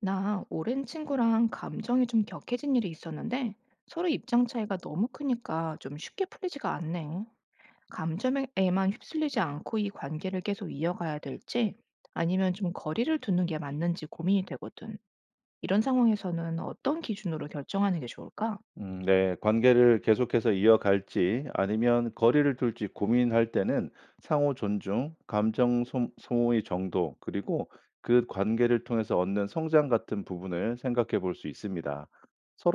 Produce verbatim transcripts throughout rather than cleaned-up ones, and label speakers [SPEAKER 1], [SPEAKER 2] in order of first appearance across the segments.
[SPEAKER 1] 나 오랜 친구랑 감정이 좀 격해진 일이 있었는데 서로 입장 차이가 너무 크니까 좀 쉽게 풀리지가 않네. 감정에만 휩쓸리지 않고 이 관계를 계속 이어가야 될지 아니면 좀 거리를 두는 게 맞는지 고민이 되거든. 이런 상황에서는 어떤 기준으로 결정하는 게 좋을까?
[SPEAKER 2] 음 네. 관계를 계속해서 이어갈지 아니면 거리를 둘지 고민할 때는 상호 존중, 감정 소 소모의 정도, 그리고 그 관계를 통해서 얻는 성장 같은 부분을 생각해 볼 수 있습니다.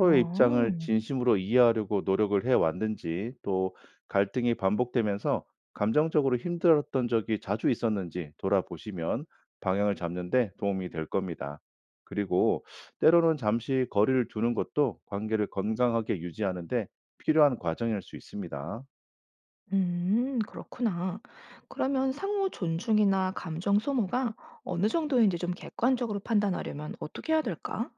[SPEAKER 1] 어,
[SPEAKER 2] 입장을 진심으로 이해하려고 노력을 해 왔는지, 또 갈등이 반복되면서 감정적으로 힘들었던 적이 자주 있었는지 돌아보시면 방향을 잡는 데 도움이 될 겁니다. 그리고 때로는 잠시 거리를 두는 것도 관계를 건강하게 유지하는 데 필요한 과정일 수 있습니다.
[SPEAKER 1] 음, 그렇구나. 그러면 상호 존중이나 감정 소모가 어느 정도인지 좀 객관적으로 판단하려면 어떻게 해야 될까?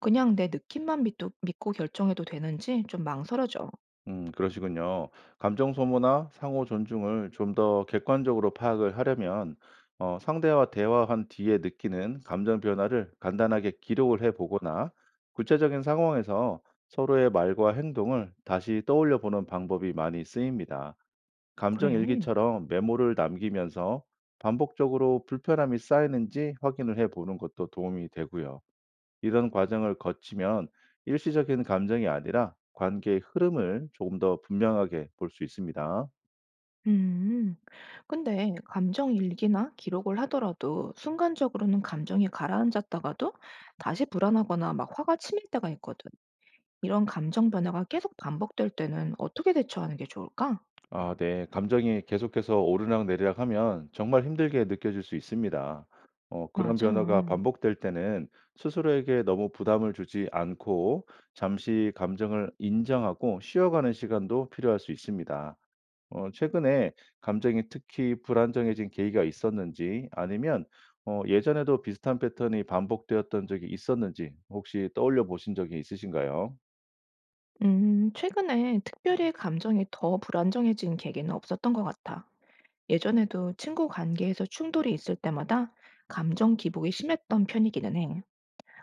[SPEAKER 1] 그냥 내 느낌만 믿도 믿고 결정해도 되는지 좀 망설여져.
[SPEAKER 2] 음, 그러시군요. 감정 소모나 상호 존중을 좀 더 객관적으로 파악을 하려면 어, 상대와 대화한 뒤에 느끼는 감정 변화를 간단하게 기록을 해 보거나 구체적인 상황에서 서로의 말과 행동을 다시 떠올려 보는 방법이 많이 쓰입니다. 감정
[SPEAKER 1] 그래.
[SPEAKER 2] 일기처럼 메모를 남기면서 반복적으로 불편함이 쌓이는지 확인을 해 보는 것도 도움이 되고요. 이런 과정을 거치면 일시적인 감정이 아니라 관계의 흐름을 조금 더 분명하게 볼 수 있습니다.
[SPEAKER 1] 음. 근데 감정 일기나 기록을 하더라도 순간적으로는 감정이 가라앉았다가도 다시 불안하거나 막 화가 치밀 때가 있거든. 이런 감정 변화가 계속 반복될 때는 어떻게 대처하는 게 좋을까?
[SPEAKER 2] 아, 네. 감정이 계속해서 오르락내리락 하면 정말 힘들게 느껴질 수 있습니다. 어, 그런
[SPEAKER 1] 맞아.
[SPEAKER 2] 변화가 반복될 때는 스스로에게 너무 부담을 주지 않고 잠시 감정을 인정하고 쉬어가는 시간도 필요할 수 있습니다. 어 최근에 감정이 특히 불안정해진 계기가 있었는지 아니면 어 예전에도 비슷한 패턴이 반복되었던 적이 있었는지 혹시 떠올려 보신 적이 있으신가요?
[SPEAKER 1] 음, 최근에 특별히 감정이 더 불안정해진 계기는 없었던 것 같아. 예전에도 친구 관계에서 충돌이 있을 때마다 감정 기복이 심했던 편이기는 해.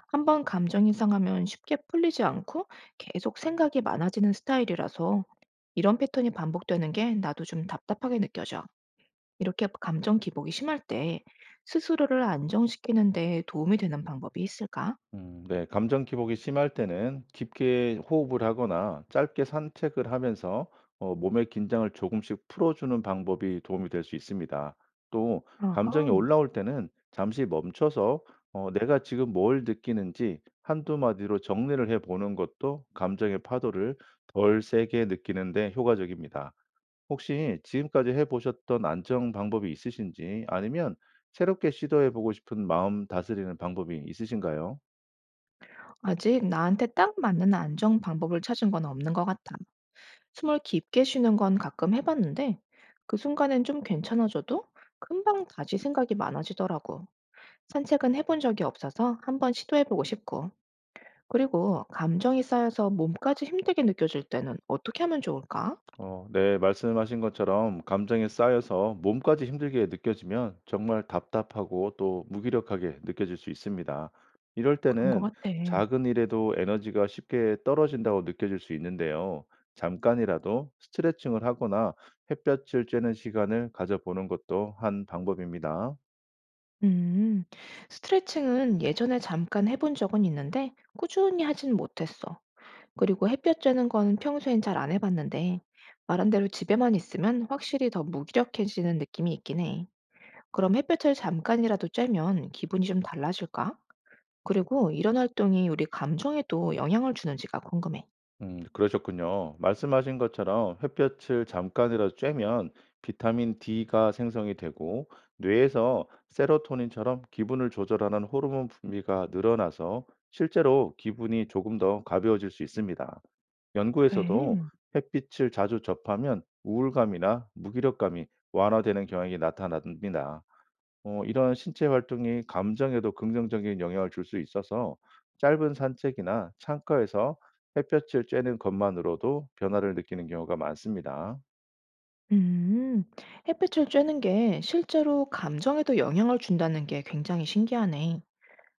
[SPEAKER 1] 한번 감정이 상하면 쉽게 풀리지 않고 계속 생각이 많아지는 스타일이라서 이런 패턴이 반복되는 게 나도 좀 답답하게 느껴져. 이렇게 감정 기복이 심할 때 스스로를 안정시키는 데 도움이 되는 방법이 있을까?
[SPEAKER 2] 음, 네. 감정 기복이 심할 때는 깊게 호흡을 하거나 짧게 산책을 하면서 어, 몸의 긴장을 조금씩 풀어주는 방법이 도움이 될 수 있습니다. 또, 감정이
[SPEAKER 1] 어흥.
[SPEAKER 2] 올라올 때는 잠시 멈춰서 어, 내가 지금 뭘 느끼는지 한두 마디로 정리를 해보는 것도 감정의 파도를 덜 세게 느끼는데 효과적입니다. 혹시 지금까지 해보셨던 안정 방법이 있으신지 아니면 새롭게 시도해보고 싶은 마음 다스리는 방법이 있으신가요?
[SPEAKER 1] 아직 나한테 딱 맞는 안정 방법을 찾은 건 없는 것 같아. 숨을 깊게 쉬는 건 가끔 해봤는데 그 순간엔 좀 괜찮아져도 금방 다시 생각이 많아지더라고. 산책은 해본 적이 없어서 한번 시도해보고 싶고 그리고 감정이 쌓여서 몸까지 힘들게 느껴질 때는 어떻게 하면 좋을까?
[SPEAKER 2] 어, 네, 말씀하신 것처럼 감정에 쌓여서 몸까지 힘들게 느껴지면 정말 답답하고 또 무기력하게 느껴질 수 있습니다. 이럴
[SPEAKER 1] 그런 것
[SPEAKER 2] 때는
[SPEAKER 1] 같아.
[SPEAKER 2] 작은 일에도 에너지가 쉽게 떨어진다고 느껴질 수 있는데요. 잠깐이라도 스트레칭을 하거나 햇볕을 쬐는 시간을 가져보는 것도 한 방법입니다.
[SPEAKER 1] 음, 스트레칭은 예전에 잠깐 해본 적은 있는데 꾸준히 하진 못했어. 그리고 햇볕 쬐는 건 평소엔 잘 안 해봤는데 말한 대로 집에만 있으면 확실히 더 무기력해지는 느낌이 있긴 해. 그럼 햇볕을 잠깐이라도 쬐면 기분이 좀 달라질까? 그리고 이런 활동이 우리 감정에도 영향을 주는지가 궁금해.
[SPEAKER 2] 음, 그러셨군요. 말씀하신 것처럼 햇볕을 잠깐이라도 쬐면 비타민 D가 생성이 되고 뇌에서 세로토닌처럼 기분을 조절하는 호르몬 분비가 늘어나서 실제로 기분이 조금 더 가벼워질 수 있습니다. 연구에서도
[SPEAKER 1] 그래.
[SPEAKER 2] 햇빛을 자주 접하면 우울감이나 무기력감이 완화되는 경향이 나타납니다. 어 이런 신체 활동이 감정에도 긍정적인 영향을 줄 수 있어서 짧은 산책이나 창가에서 햇볕을 쬐는 것만으로도 변화를 느끼는 경우가 많습니다.
[SPEAKER 1] 음, 햇빛을 쬐는 게 실제로 감정에도 영향을 준다는 게 굉장히 신기하네.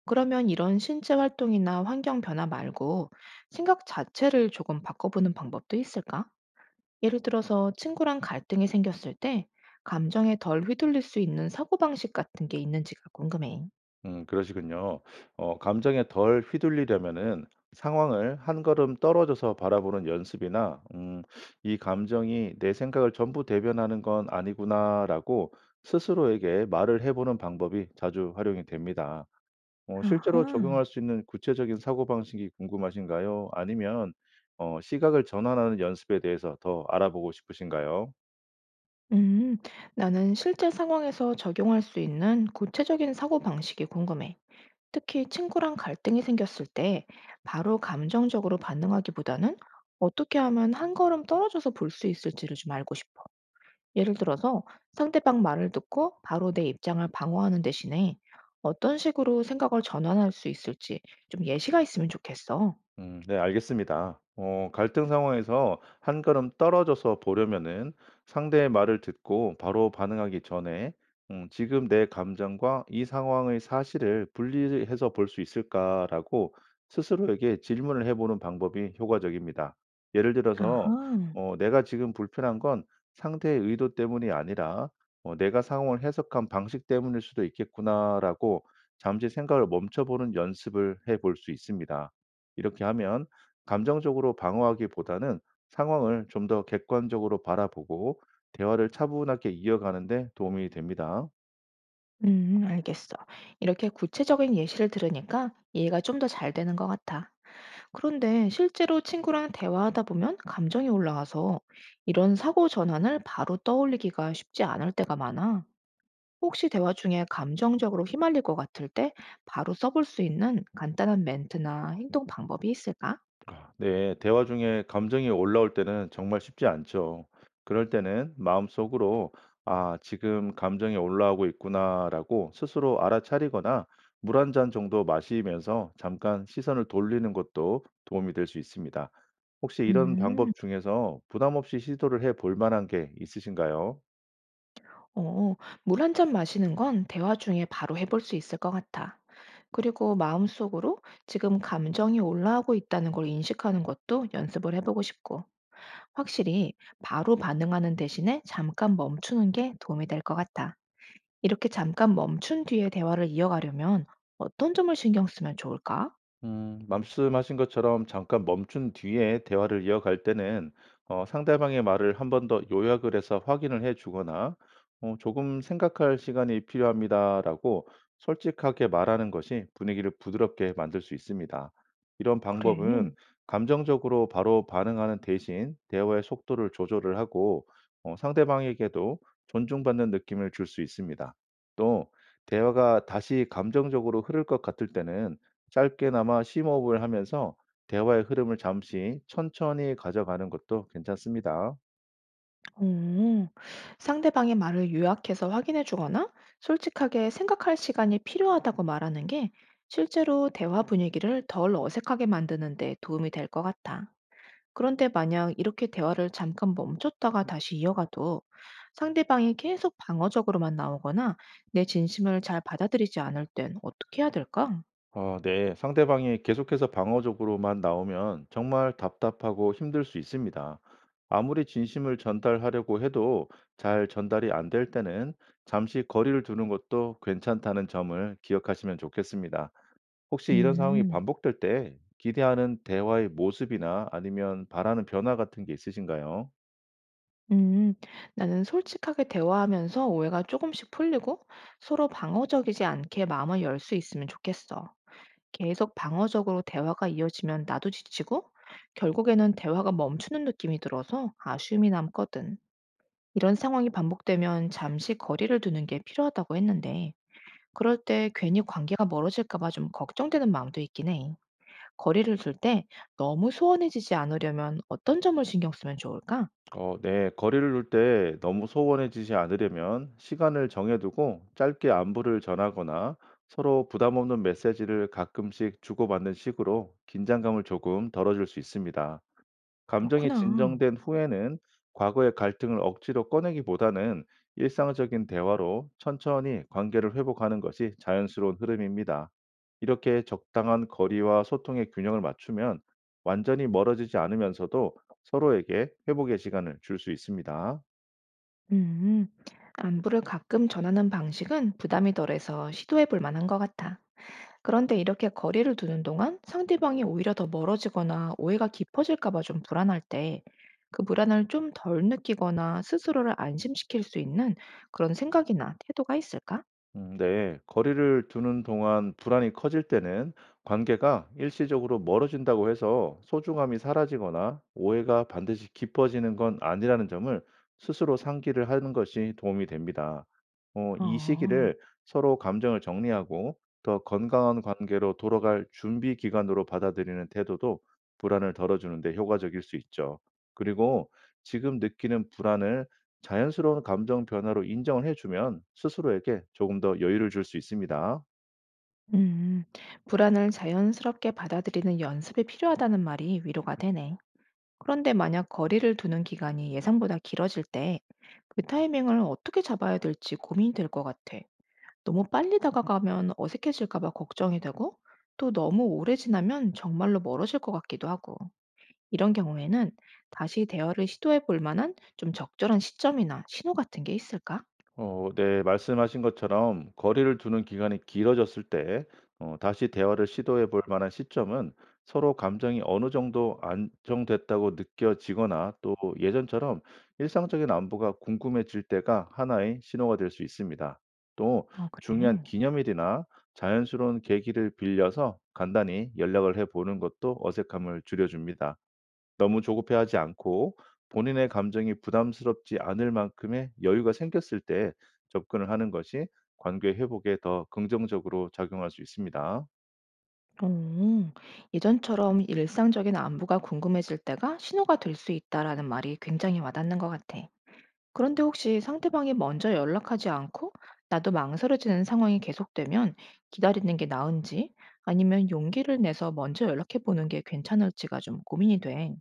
[SPEAKER 1] 그러면 이런 신체 활동이나 환경 변화 말고 생각 자체를 조금 바꿔보는 방법도 있을까? 예를 들어서 친구랑 갈등이 생겼을 때 감정에 덜 휘둘릴 수 있는 사고방식 같은 게 있는지가 궁금해.
[SPEAKER 2] 음 그러시군요. 어 감정에 덜 휘둘리려면은 상황을 한 걸음 떨어져서 바라보는 연습이나 음 '이 감정이 내 생각을 전부 대변하는 건 아니구나.'라고 스스로에게 말을 해 보는 방법이 자주 활용이 됩니다. 어 실제로
[SPEAKER 1] 아하.
[SPEAKER 2] 적용할 수 있는 구체적인 사고방식이 궁금하신가요? 아니면 어 시각을 전환하는 연습에 대해서 더 알아보고 싶으신가요?
[SPEAKER 1] 음, 나는 실제 상황에서 적용할 수 있는 구체적인 사고방식이 궁금해. 특히 친구랑 갈등이 생겼을 때 바로 감정적으로 반응하기보다는 어떻게 하면 한 걸음 떨어져서 볼 수 있을지를 좀 알고 싶어. 예를 들어서 상대방 말을 듣고 바로 내 입장을 방어하는 대신에 어떤 식으로 생각을 전환할 수 있을지 좀 예시가 있으면 좋겠어.
[SPEAKER 2] 음, 네, 알겠습니다. 어, 갈등 상황에서 한 걸음 떨어져서 보려면은 상대의 말을 듣고 바로 반응하기 전에 음, 지금 내 감정과 이 상황의 사실을 분리해서 볼 수 있을까라고 스스로에게 질문을 해보는 방법이 효과적입니다. 예를 들어서
[SPEAKER 1] 아하.
[SPEAKER 2] 어, 내가 지금 불편한 건 상대의 의도 때문이 아니라 어, 내가 상황을 해석한 방식 때문일 수도 있겠구나라고 잠시 생각을 멈춰보는 연습을 해볼 수 있습니다. 이렇게 하면 감정적으로 방어하기보다는 상황을 좀 더 객관적으로 바라보고 대화를 차분하게 이어가는 데 도움이 됩니다.
[SPEAKER 1] 음, 알겠어. 이렇게 구체적인 예시를 들으니까 이해가 좀 더 잘 되는 것 같아. 그런데 실제로 친구랑 대화하다 보면 감정이 올라와서 이런 사고 전환을 바로 떠올리기가 쉽지 않을 때가 많아. 혹시 대화 중에 감정적으로 휘말릴 것 같을 때 바로 써볼 수 있는 간단한 멘트나 행동 방법이 있을까?
[SPEAKER 2] 아, 네, 대화 중에 감정이 올라올 때는 정말 쉽지 않죠. 그럴 때는 마음속으로 아, 지금 감정이 올라오고 있구나라고 스스로 알아차리거나 물 한 잔 정도 마시면서 잠깐 시선을 돌리는 것도 도움이 될 수 있습니다. 혹시 이런
[SPEAKER 1] 음,
[SPEAKER 2] 방법 중에서 부담 없이 시도를 해볼 만한 게 있으신가요?
[SPEAKER 1] 어, 물 한 잔 마시는 건 대화 중에 바로 해볼 수 있을 것 같아. 그리고 마음속으로 지금 감정이 올라오고 있다는 걸 인식하는 것도 연습을 해보고 싶고. 확실히 바로 반응하는 대신에 잠깐 멈추는 게 도움이 될 것 같아. 이렇게 잠깐 멈춘 뒤에 대화를 이어가려면 어떤 점을 신경 쓰면 좋을까?
[SPEAKER 2] 음, 말씀하신 것처럼 잠깐 멈춘 뒤에 대화를 이어갈 때는 어, 상대방의 말을 한 번 더 요약을 해서 확인을 해 주거나 어, 조금 생각할 시간이 필요합니다라고 솔직하게 말하는 것이 분위기를 부드럽게 만들 수 있습니다. 이런
[SPEAKER 1] 그래.
[SPEAKER 2] 방법은 감정적으로 바로 반응하는 대신 대화의 속도를 조절을 하고 어, 상대방에게도 존중받는 느낌을 줄 수 있습니다. 또 대화가 다시 감정적으로 흐를 것 같을 때는 짧게나마 심호흡을 하면서 대화의 흐름을 잠시 천천히 가져가는 것도 괜찮습니다.
[SPEAKER 1] 오, 상대방의 말을 요약해서 확인해 주거나 솔직하게 생각할 시간이 필요하다고 말하는 게 실제로 대화 분위기를 덜 어색하게 만드는 데 도움이 될 것 같아. 그런데 만약 이렇게 대화를 잠깐 멈췄다가 다시 이어가도 상대방이 계속 방어적으로만 나오거나 내 진심을 잘 받아들이지 않을 땐 어떻게 해야 될까?
[SPEAKER 2] 어, 네. 상대방이 계속해서 방어적으로만 나오면 정말 답답하고 힘들 수 있습니다. 아무리 진심을 전달하려고 해도 잘 전달이 안 될 때는 잠시 거리를 두는 것도 괜찮다는 점을 기억하시면 좋겠습니다. 혹시 이런 상황이
[SPEAKER 1] 음,
[SPEAKER 2] 반복될 때 기대하는 대화의 모습이나 아니면 바라는 변화 같은 게 있으신가요?
[SPEAKER 1] 음, 나는 솔직하게 대화하면서 오해가 조금씩 풀리고 서로 방어적이지 않게 마음을 열 수 있으면 좋겠어. 계속 방어적으로 대화가 이어지면 나도 지치고 결국에는 대화가 멈추는 느낌이 들어서 아쉬움이 남거든. 이런 상황이 반복되면 잠시 거리를 두는 게 필요하다고 했는데, 그럴 때 괜히 관계가 멀어질까 봐 좀 걱정되는 마음도 있긴 해. 거리를 둘 때 너무 소원해지지 않으려면 어떤 점을 신경 쓰면 좋을까?
[SPEAKER 2] 어, 네. 거리를 둘 때 너무 소원해지지 않으려면 시간을 정해두고 짧게 안부를 전하거나 서로 부담 없는 메시지를 가끔씩 주고받는 식으로 긴장감을 조금 덜어줄 수 있습니다. 감정이
[SPEAKER 1] 그렇구나.
[SPEAKER 2] 진정된 후에는 과거의 갈등을 억지로 꺼내기보다는 일상적인 대화로 천천히 관계를 회복하는 것이 자연스러운 흐름입니다. 이렇게 적당한 거리와 소통의 균형을 맞추면 완전히 멀어지지 않으면서도 서로에게 회복의 시간을 줄 수 있습니다.
[SPEAKER 1] 음, 안부를 가끔 전하는 방식은 부담이 덜해서 시도해 볼 만한 것 같아. 그런데 이렇게 거리를 두는 동안 상대방이 오히려 더 멀어지거나 오해가 깊어질까 봐 좀 불안할 때, 그 불안을 좀 덜 느끼거나 스스로를 안심시킬 수 있는 그런 생각이나 태도가 있을까?
[SPEAKER 2] 음, 네. 거리를 두는 동안 불안이 커질 때는 관계가 일시적으로 멀어진다고 해서 소중함이 사라지거나 오해가 반드시 깊어지는 건 아니라는 점을 스스로 상기를 하는 것이 도움이 됩니다. 어, 이
[SPEAKER 1] 어,
[SPEAKER 2] 시기를 서로 감정을 정리하고 더 건강한 관계로 돌아갈 준비 기간으로 받아들이는 태도도 불안을 덜어주는 데 효과적일 수 있죠. 그리고 지금 느끼는 불안을 자연스러운 감정 변화로 인정을 해주면 스스로에게 조금 더 여유를 줄 수 있습니다.
[SPEAKER 1] 음, 불안을 자연스럽게 받아들이는 연습이 필요하다는 말이 위로가 되네. 그런데 만약 거리를 두는 기간이 예상보다 길어질 때, 그 타이밍을 어떻게 잡아야 될지 고민이 될 것 같아. 너무 빨리 다가가면 어색해질까 봐 걱정이 되고 또 너무 오래 지나면 정말로 멀어질 것 같기도 하고 이런 경우에는 다시 대화를 시도해 볼 만한 좀 적절한 시점이나 신호 같은 게 있을까?
[SPEAKER 2] 어, 네, 말씀하신 것처럼 거리를 두는 기간이 길어졌을 때 어, 다시 대화를 시도해 볼 만한 시점은 서로 감정이 어느 정도 안정됐다고 느껴지거나 또 예전처럼 일상적인 안부가 궁금해질 때가 하나의 신호가 될 수 있습니다. 또
[SPEAKER 1] 어,
[SPEAKER 2] 중요한
[SPEAKER 1] 그래.
[SPEAKER 2] 기념일이나 자연스러운 계기를 빌려서 간단히 연락을 해 보는 것도 어색함을 줄여줍니다. 너무 조급해하지 않고 본인의 감정이 부담스럽지 않을 만큼의 여유가 생겼을 때 접근을 하는 것이 관계 회복에 더 긍정적으로 작용할 수 있습니다.
[SPEAKER 1] 오, 예전처럼 일상적인 안부가 궁금해질 때가 신호가 될 수 있다라는 말이 굉장히 와닿는 것 같아. 그런데 혹시 상대방이 먼저 연락하지 않고 나도 망설여지는 상황이 계속되면 기다리는 게 나은지 아니면 용기를 내서 먼저 연락해 보는 게 괜찮을지가 좀 고민이 돼.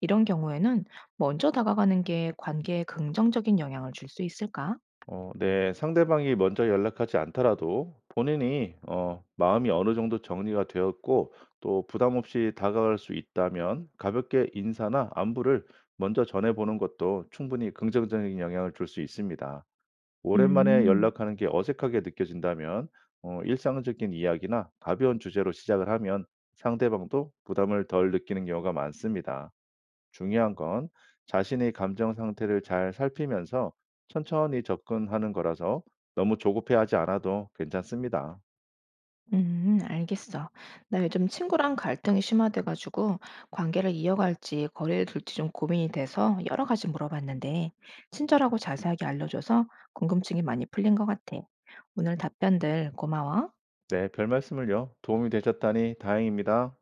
[SPEAKER 1] 이런 경우에는 먼저 다가가는 게 관계에 긍정적인 영향을 줄 수 있을까?
[SPEAKER 2] 어 네. 상대방이 먼저 연락하지 않더라도 본인이 어 마음이 어느 정도 정리가 되었고 또 부담 없이 다가갈 수 있다면 가볍게 인사나 안부를 먼저 전해 보는 것도 충분히 긍정적인 영향을 줄 수 있습니다. 오랜만에
[SPEAKER 1] 음.
[SPEAKER 2] 연락하는 게 어색하게 느껴진다면 어, 일상적인 이야기나 가벼운 주제로 시작을 하면 상대방도 부담을 덜 느끼는 경우가 많습니다. 중요한 건 자신의 감정 상태를 잘 살피면서 천천히 접근하는 거라서 너무 조급해하지 않아도 괜찮습니다.
[SPEAKER 1] 음, 알겠어. 나 요즘 친구랑 갈등이 심화돼 가지고 관계를 이어갈지 거리를 둘지 좀 고민이 돼서 여러 가지 물어봤는데 친절하고 자세하게 알려줘서 궁금증이 많이 풀린 것 같아. 오늘 답변들 고마워.
[SPEAKER 2] 네, 별 말씀을요. 도움이 되셨다니 다행입니다.